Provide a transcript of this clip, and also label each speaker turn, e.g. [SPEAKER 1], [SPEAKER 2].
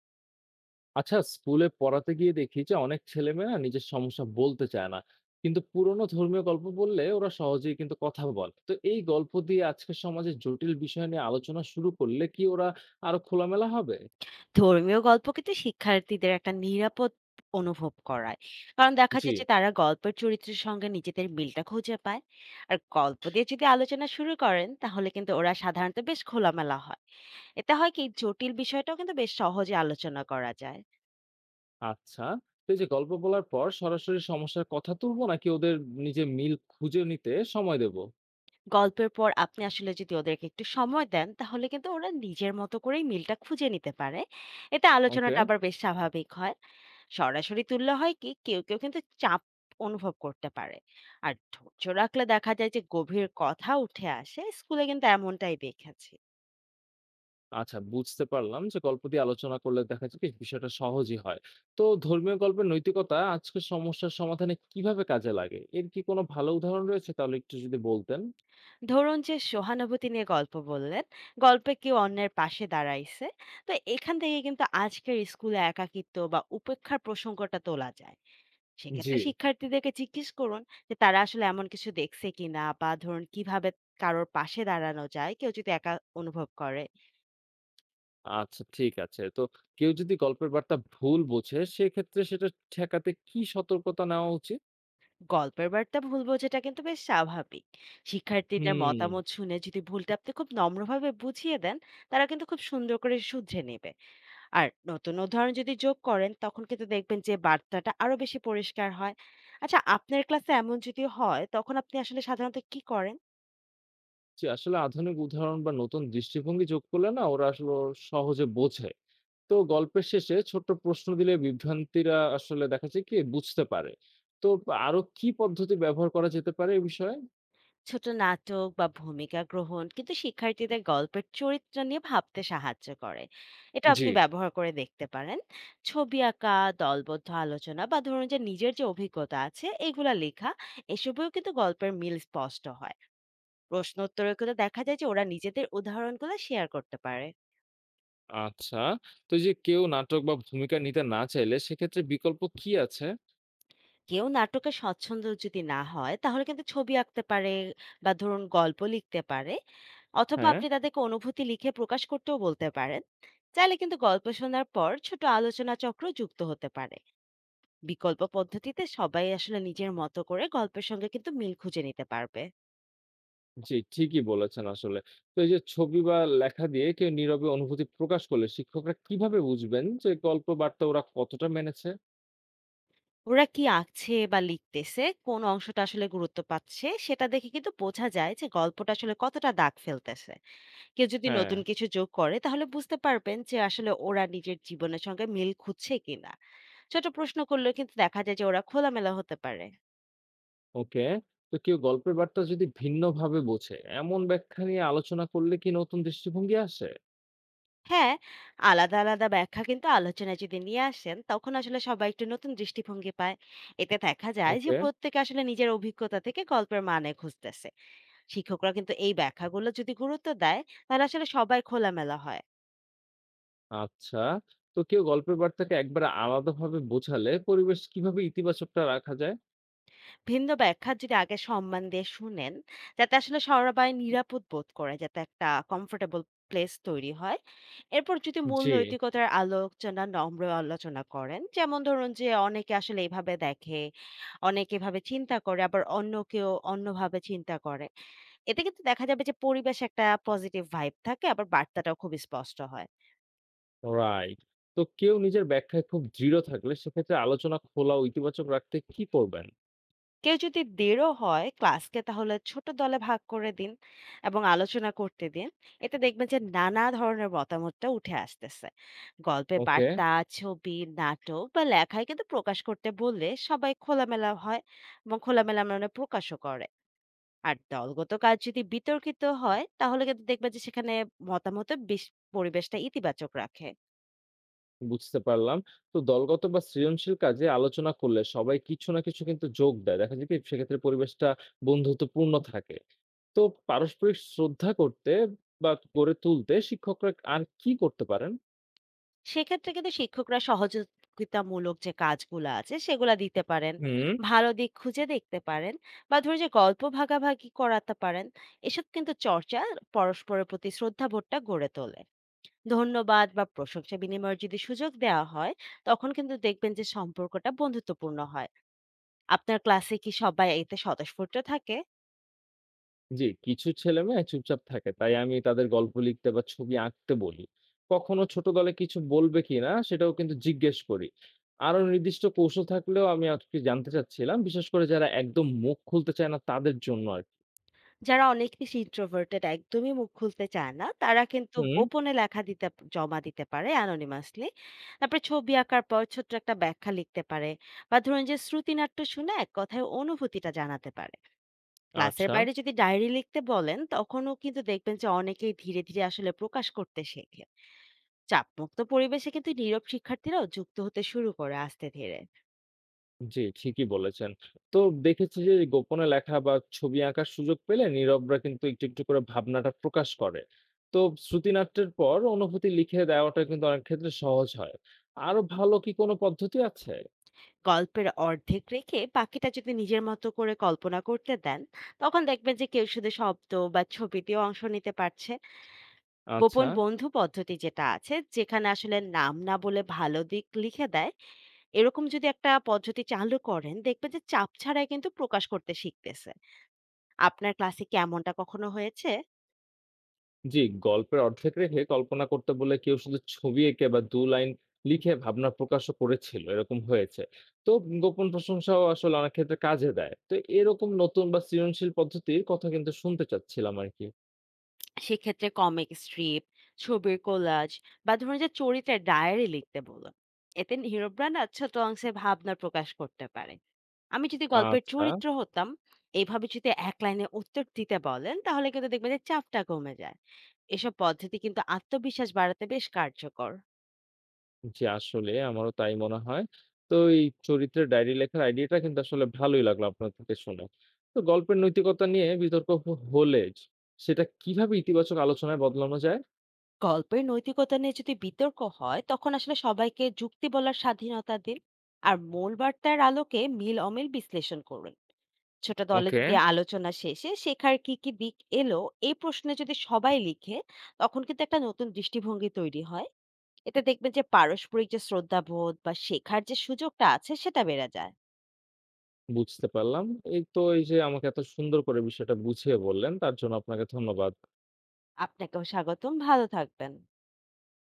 [SPEAKER 1] আচ্ছা, স্কুলে পড়াতে গিয়ে দেখি যে অনেক ছেলেমেয়েরা নিজের সমস্যা বলতে চায় না, কিন্তু পুরোনো ধর্মীয় গল্প বললে ওরা সহজেই কিন্তু কথা বলে। তো এই গল্প দিয়ে আজকের সমাজে জটিল বিষয় নিয়ে আলোচনা শুরু করলে কি ওরা আরো খোলামেলা হবে?
[SPEAKER 2] ধর্মীয় গল্প কিন্তু শিক্ষার্থীদের একটা নিরাপদ অনুভব করায়। কারণ দেখা
[SPEAKER 1] জি।
[SPEAKER 2] যায় যে তারা গল্পের চরিত্রের সঙ্গে নিজেদের মিলটা খুঁজে পায়। আর গল্প দিয়ে যদি আলোচনা শুরু করেন তাহলে কিন্তু ওরা সাধারণত বেশ খোলামেলা হয়। এতে হয় কি জটিল বিষয়টাও কিন্তু বেশ সহজে আলোচনা করা যায়।
[SPEAKER 1] আচ্ছা, তো এই যে গল্প বলার পর সরাসরি সমস্যার কথা তুলবো নাকি ওদের নিজে মিল খুঁজে নিতে সময় দেবো?
[SPEAKER 2] গল্পের পর আপনি আসলে যদি ওদেরকে একটু সময় দেন তাহলে কিন্তু ওরা নিজের মতো করেই মিলটা খুঁজে নিতে পারে। এতে
[SPEAKER 1] ওকে।
[SPEAKER 2] আলোচনাটা আবার বেশ স্বাভাবিক হয়। সরাসরি তুললে হয় কি কেউ কেউ কিন্তু চাপ অনুভব করতে পারে। আর ধৈর্য রাখলে দেখা যায় যে গভীর কথা উঠে আসে, স্কুলে কিন্তু এমনটাই দেখেছি।
[SPEAKER 1] আচ্ছা, বুঝতে পারলাম যে গল্প দিয়ে আলোচনা করলে দেখা যায় কি বিষয়টা সহজই হয়। তো ধর্মীয় গল্পের নৈতিকতা আজকের সমস্যার সমাধানে কিভাবে কাজে লাগে, এর কি কোনো ভালো উদাহরণ রয়েছে? তাহলে একটু যদি বলতেন।
[SPEAKER 2] ধরুন যে সহানুভূতি নিয়ে গল্প বললেন, গল্পে কেউ অন্যের পাশে দাঁড়াইছে। তো এখান থেকে কিন্তু আজকের স্কুলে একাকিত্ব বা উপেক্ষার প্রসঙ্গটা তোলা যায়।
[SPEAKER 1] জি।
[SPEAKER 2] সেক্ষেত্রে শিক্ষার্থীদেরকে জিজ্ঞেস করুন যে তারা আসলে এমন কিছু দেখছে কিনা, বা ধরুন কিভাবে কারোর পাশে দাঁড়ানো যায় কেউ যদি একা অনুভব করে।
[SPEAKER 1] আচ্ছা, ঠিক আছে। তো কেউ যদি গল্পের বার্তা ভুল বোঝে, সেক্ষেত্রে সেটা ঠেকাতে সতর্কতা নেওয়া উচিত?
[SPEAKER 2] গল্পের বার্তা ভুল বোঝাটা কিন্তু বেশ স্বাভাবিক। শিক্ষার্থীদের
[SPEAKER 1] হুম।
[SPEAKER 2] মতামত শুনে যদি ভুলটা আপনি খুব নম্রভাবে বুঝিয়ে দেন, তারা কিন্তু খুব সুন্দর করে শুধরে নেবে। আর নতুন উদাহরণ যদি যোগ করেন তখন কিন্তু দেখবেন যে বার্তাটা আরো বেশি পরিষ্কার হয়। আচ্ছা, আপনার ক্লাসে এমন যদি হয় তখন আপনি আসলে সাধারণত কি করেন?
[SPEAKER 1] জি, আসলে আধুনিক উদাহরণ বা নতুন দৃষ্টিভঙ্গি যোগ করলে না ওরা আসলে সহজে বোঝে। তো গল্পের শেষে ছোট্ট প্রশ্ন দিলে বিভ্রান্তিরা আসলে দেখা যায় কি বুঝতে পারে। তো আরো কি পদ্ধতি ব্যবহার করা যেতে পারে এ বিষয়ে?
[SPEAKER 2] ছোট নাটক বা ভূমিকা গ্রহণ কিন্তু শিক্ষার্থীদের গল্পের চরিত্র নিয়ে ভাবতে সাহায্য করে। এটা
[SPEAKER 1] জি,
[SPEAKER 2] আপনি ব্যবহার করে দেখতে পারেন। ছবি আঁকা, দলবদ্ধ আলোচনা বা ধরুন যে নিজের যে অভিজ্ঞতা আছে এগুলা লেখা, এসবেও কিন্তু গল্পের মিল স্পষ্ট হয়। প্রশ্ন উত্তরেও কিন্তু দেখা যায় যে ওরা নিজেদের উদাহরণগুলো শেয়ার করতে পারে।
[SPEAKER 1] আচ্ছা। তো এই যে কেউ নাটক বা ভূমিকা নিতে না চাইলে সেক্ষেত্রে বিকল্প কি আছে?
[SPEAKER 2] কেউ নাটকে স্বচ্ছন্দ যদি না হয় তাহলে কিন্তু ছবি আঁকতে পারে, বা ধরুন গল্প লিখতে পারে, অথবা
[SPEAKER 1] হ্যাঁ,
[SPEAKER 2] আপনি তাদেরকে অনুভূতি লিখে প্রকাশ করতেও বলতে পারেন। চাইলে কিন্তু গল্প শোনার পর ছোট আলোচনা চক্র যুক্ত হতে পারে। বিকল্প পদ্ধতিতে সবাই আসলে নিজের মতো করে গল্পের সঙ্গে কিন্তু মিল খুঁজে নিতে পারবে।
[SPEAKER 1] জি, ঠিকই বলেছেন আসলে। তো এই যে ছবি বা লেখা দিয়ে কেউ নীরবে অনুভূতি প্রকাশ করলে শিক্ষকরা কিভাবে বুঝবেন যে গল্প বার্তা ওরা কতটা মেনেছে?
[SPEAKER 2] ওরা কি আঁকছে বা লিখতেছে, কোন অংশটা আসলে গুরুত্ব পাচ্ছে সেটা দেখে কিন্তু বোঝা যায় যে গল্পটা আসলে কতটা দাগ ফেলতেছে। কেউ যদি
[SPEAKER 1] হ্যাঁ,
[SPEAKER 2] নতুন কিছু যোগ করে তাহলে বুঝতে পারবেন যে আসলে ওরা নিজের জীবনের সঙ্গে মিল খুঁজছে কিনা। ছোট প্রশ্ন করলেও কিন্তু দেখা যায় যে ওরা খোলামেলা হতে পারে।
[SPEAKER 1] ওকে। তো কেউ গল্পের বার্তা যদি ভিন্নভাবে বোঝে, এমন ব্যাখ্যা নিয়ে আলোচনা করলে কি নতুন দৃষ্টিভঙ্গি আসে?
[SPEAKER 2] হ্যাঁ, আলাদা ব্যাখ্যা কিন্তু আলোচনায় যদি নিয়ে আসেন, তখন আসলে সবাই একটু নতুন দৃষ্টিভঙ্গি পায়। এতে দেখা যায় যে
[SPEAKER 1] ওকে,
[SPEAKER 2] প্রত্যেকে আসলে নিজের অভিজ্ঞতা থেকে গল্পের মানে খুঁজতেছে। শিক্ষকরা কিন্তু এই ব্যাখ্যাগুলো যদি গুরুত্ব দেয়, তাহলে আসলে সবাই খোলামেলা হয়।
[SPEAKER 1] আচ্ছা। তো কেউ গল্পের বার্তাকে একবারে আলাদাভাবে বোঝালে পরিবেশ কিভাবে ইতিবাচকটা রাখা যায়?
[SPEAKER 2] ভিন্ন ব্যাখ্যা যদি আগে সম্মান দিয়ে শুনেন, যাতে আসলে সবাই নিরাপদ বোধ করে, যাতে একটা কমফোর্টেবল প্লেস তৈরি হয়। এরপর যদি মূল
[SPEAKER 1] জি।
[SPEAKER 2] নৈতিকতার আলোচনা, নম্র আলোচনা করেন, যেমন ধরুন যে অনেকে আসলে এইভাবে দেখে, অনেকে এভাবে চিন্তা করে, আবার অন্য কেউ অন্যভাবে চিন্তা করে। এতে কিন্তু দেখা যাবে যে পরিবেশ একটা পজিটিভ ভাইব থাকে, আবার বার্তাটাও খুব স্পষ্ট হয়।
[SPEAKER 1] রাইট। তো কেউ নিজের ব্যাখ্যায় খুব দৃঢ় থাকলে সেক্ষেত্রে আলোচনা খোলা ও ইতিবাচক রাখতে কি করবেন?
[SPEAKER 2] কেউ যদি দৃঢ় হয়, ক্লাসকে তাহলে ছোট দলে ভাগ করে দিন এবং আলোচনা করতে দিন। এতে দেখবেন যে নানা ধরনের মতামতটা উঠে আসতেছে। গল্পে
[SPEAKER 1] ওকে,
[SPEAKER 2] বার্তা, ছবি, নাটক বা লেখায় কিন্তু প্রকাশ করতে বললে সবাই খোলামেলা হয় এবং খোলামেলা মানে প্রকাশও করে। আর দলগত কাজ যদি বিতর্কিত হয় তাহলে কিন্তু দেখবেন যে সেখানে মতামত বেশ, পরিবেশটা ইতিবাচক রাখে।
[SPEAKER 1] বুঝতে পারলাম। তো দলগত বা সৃজনশীল কাজে আলোচনা করলে সবাই কিছু না কিছু কিন্তু যোগ দেয়। দেখা যায় কি সেক্ষেত্রে পরিবেশটা বন্ধুত্বপূর্ণ থাকে। তো পারস্পরিক শ্রদ্ধা করতে বা গড়ে তুলতে শিক্ষকরা আর কি করতে পারেন?
[SPEAKER 2] সেক্ষেত্রে কিন্তু শিক্ষকরা সহযোগিতামূলক যে কাজগুলো আছে সেগুলা দিতে পারেন,
[SPEAKER 1] হুম।
[SPEAKER 2] ভালো দিক খুঁজে দেখতে পারেন, বা ধরুন যে গল্প ভাগাভাগি করাতে পারেন। এসব কিন্তু চর্চা পরস্পরের প্রতি শ্রদ্ধাবোধটা গড়ে তোলে। ধন্যবাদ বা প্রশংসা বিনিময়ের যদি সুযোগ দেওয়া হয়, তখন কিন্তু দেখবেন যে সম্পর্কটা বন্ধুত্বপূর্ণ হয়। আপনার ক্লাসে কি সবাই এতে স্বতঃস্ফূর্ত থাকে?
[SPEAKER 1] জি, কিছু ছেলেমেয়ে চুপচাপ থাকে। তাই আমি তাদের গল্প লিখতে বা ছবি আঁকতে বলি। কখনো ছোট দলে কিছু বলবে কিনা সেটাও কিন্তু জিজ্ঞেস করি। আরো নির্দিষ্ট কৌশল থাকলেও আমি আজকে জানতে চাচ্ছিলাম, বিশেষ করে যারা একদম মুখ খুলতে চায় না তাদের জন্য আরকি।
[SPEAKER 2] যারা অনেক বেশি introverted, একদমই মুখ খুলতে চায় না, তারা কিন্তু
[SPEAKER 1] হুম,
[SPEAKER 2] গোপনে লেখা দিতে, জমা দিতে পারে anonymously। তারপরে ছবি আঁকার পর ছোট্ট একটা ব্যাখ্যা লিখতে পারে, বা ধরুন যে শ্রুতিনাট্য শুনে এক কথায় অনুভূতিটা জানাতে পারে। ক্লাসের
[SPEAKER 1] আচ্ছা।
[SPEAKER 2] বাইরে যদি ডায়েরি লিখতে বলেন, তখনও কিন্তু দেখবেন যে অনেকেই ধীরে আসলে প্রকাশ করতে শেখে। চাপমুক্ত পরিবেশে কিন্তু নীরব শিক্ষার্থীরাও যুক্ত হতে শুরু করে আস্তে ধীরে।
[SPEAKER 1] জি, ঠিকই বলেছেন। তো দেখেছি যে গোপনে লেখা বা ছবি আঁকার সুযোগ পেলে নীরবরা কিন্তু একটু করে ভাবনাটা প্রকাশ করে। তো শ্রুতিনাট্যের পর অনুভূতি লিখে দেওয়াটা কিন্তু অনেক ক্ষেত্রে সহজ হয়। আরো ভালো কি কোনো পদ্ধতি আছে?
[SPEAKER 2] গল্পের অর্ধেক রেখে বাকিটা যদি নিজের মতো করে কল্পনা করতে দেন, তখন দেখবেন যে কেউ শুধু শব্দ বা ছবি দিয়ে অংশ নিতে পারছে।
[SPEAKER 1] আচ্ছা।
[SPEAKER 2] গোপন বন্ধু পদ্ধতি যেটা আছে, যেখানে আসলে নাম না বলে ভালো দিক লিখে দেয়, এরকম যদি একটা পদ্ধতি চালু করেন, দেখবেন যে চাপ ছাড়াই কিন্তু প্রকাশ করতে শিখতেছে। আপনার ক্লাসে কি এমনটা কখনো হয়েছে?
[SPEAKER 1] জি, গল্পের অর্ধেক রেখে কল্পনা করতে বলে কেউ শুধু ছবি এঁকে বা ২ লাইন লিখে ভাবনা প্রকাশও করেছিল। এরকম হয়েছে। তো গোপন প্রশংসাও আসলে অনেক ক্ষেত্রে কাজে দেয়। তো এরকম নতুন বা সৃজনশীল পদ্ধতির কথা কিন্তু শুনতে চাচ্ছিলাম আরকি।
[SPEAKER 2] সেক্ষেত্রে কমিক স্ট্রিপ, ছবির কোলাজ, বা ধরুন যে চরিত্রের ডায়েরি লিখতে বলুন। এতে হিরোরা না ছোট অংশে ভাবনা প্রকাশ করতে পারে। আমি যদি গল্পের
[SPEAKER 1] আচ্ছা।
[SPEAKER 2] চরিত্র হতাম, এভাবে যদি এক লাইনে উত্তর দিতে বলেন তাহলে কিন্তু দেখবেন যে চাপটা কমে যায়। এসব পদ্ধতি কিন্তু আত্মবিশ্বাস বাড়াতে বেশ কার্যকর।
[SPEAKER 1] জি, আসলে আমারও তাই মনে হয়। তো এই চরিত্রের ডায়েরি লেখার আইডিয়াটা কিন্তু আসলে ভালোই লাগলো আপনার থেকে শুনে। তো গল্পের নৈতিকতা নিয়ে বিতর্ক হলে সেটা কিভাবে ইতিবাচক আলোচনায় বদলানো যায়?
[SPEAKER 2] গল্পের নৈতিকতা নিয়ে যদি বিতর্ক হয় তখন আসলে সবাইকে যুক্তি বলার স্বাধীনতা দিন, আর মূল বার্তার আলোকে মিল অমিল বিশ্লেষণ করুন। ছোট দলে
[SPEAKER 1] ওকে।
[SPEAKER 2] যদি আলোচনা শেষে শেখার কি কি দিক এলো, এই প্রশ্নে যদি সবাই লিখে, তখন কিন্তু একটা নতুন দৃষ্টিভঙ্গি তৈরি হয়। এতে দেখবেন যে পারস্পরিক যে শ্রদ্ধাবোধ বা শেখার যে সুযোগটা আছে সেটা বেড়ে যায়।
[SPEAKER 1] বুঝতে পারলাম। এই তো এই যে আমাকে এত সুন্দর করে বিষয়টা বুঝিয়ে বললেন, তার জন্য আপনাকে ধন্যবাদ।
[SPEAKER 2] আপনাকেও স্বাগতম, ভালো থাকবেন।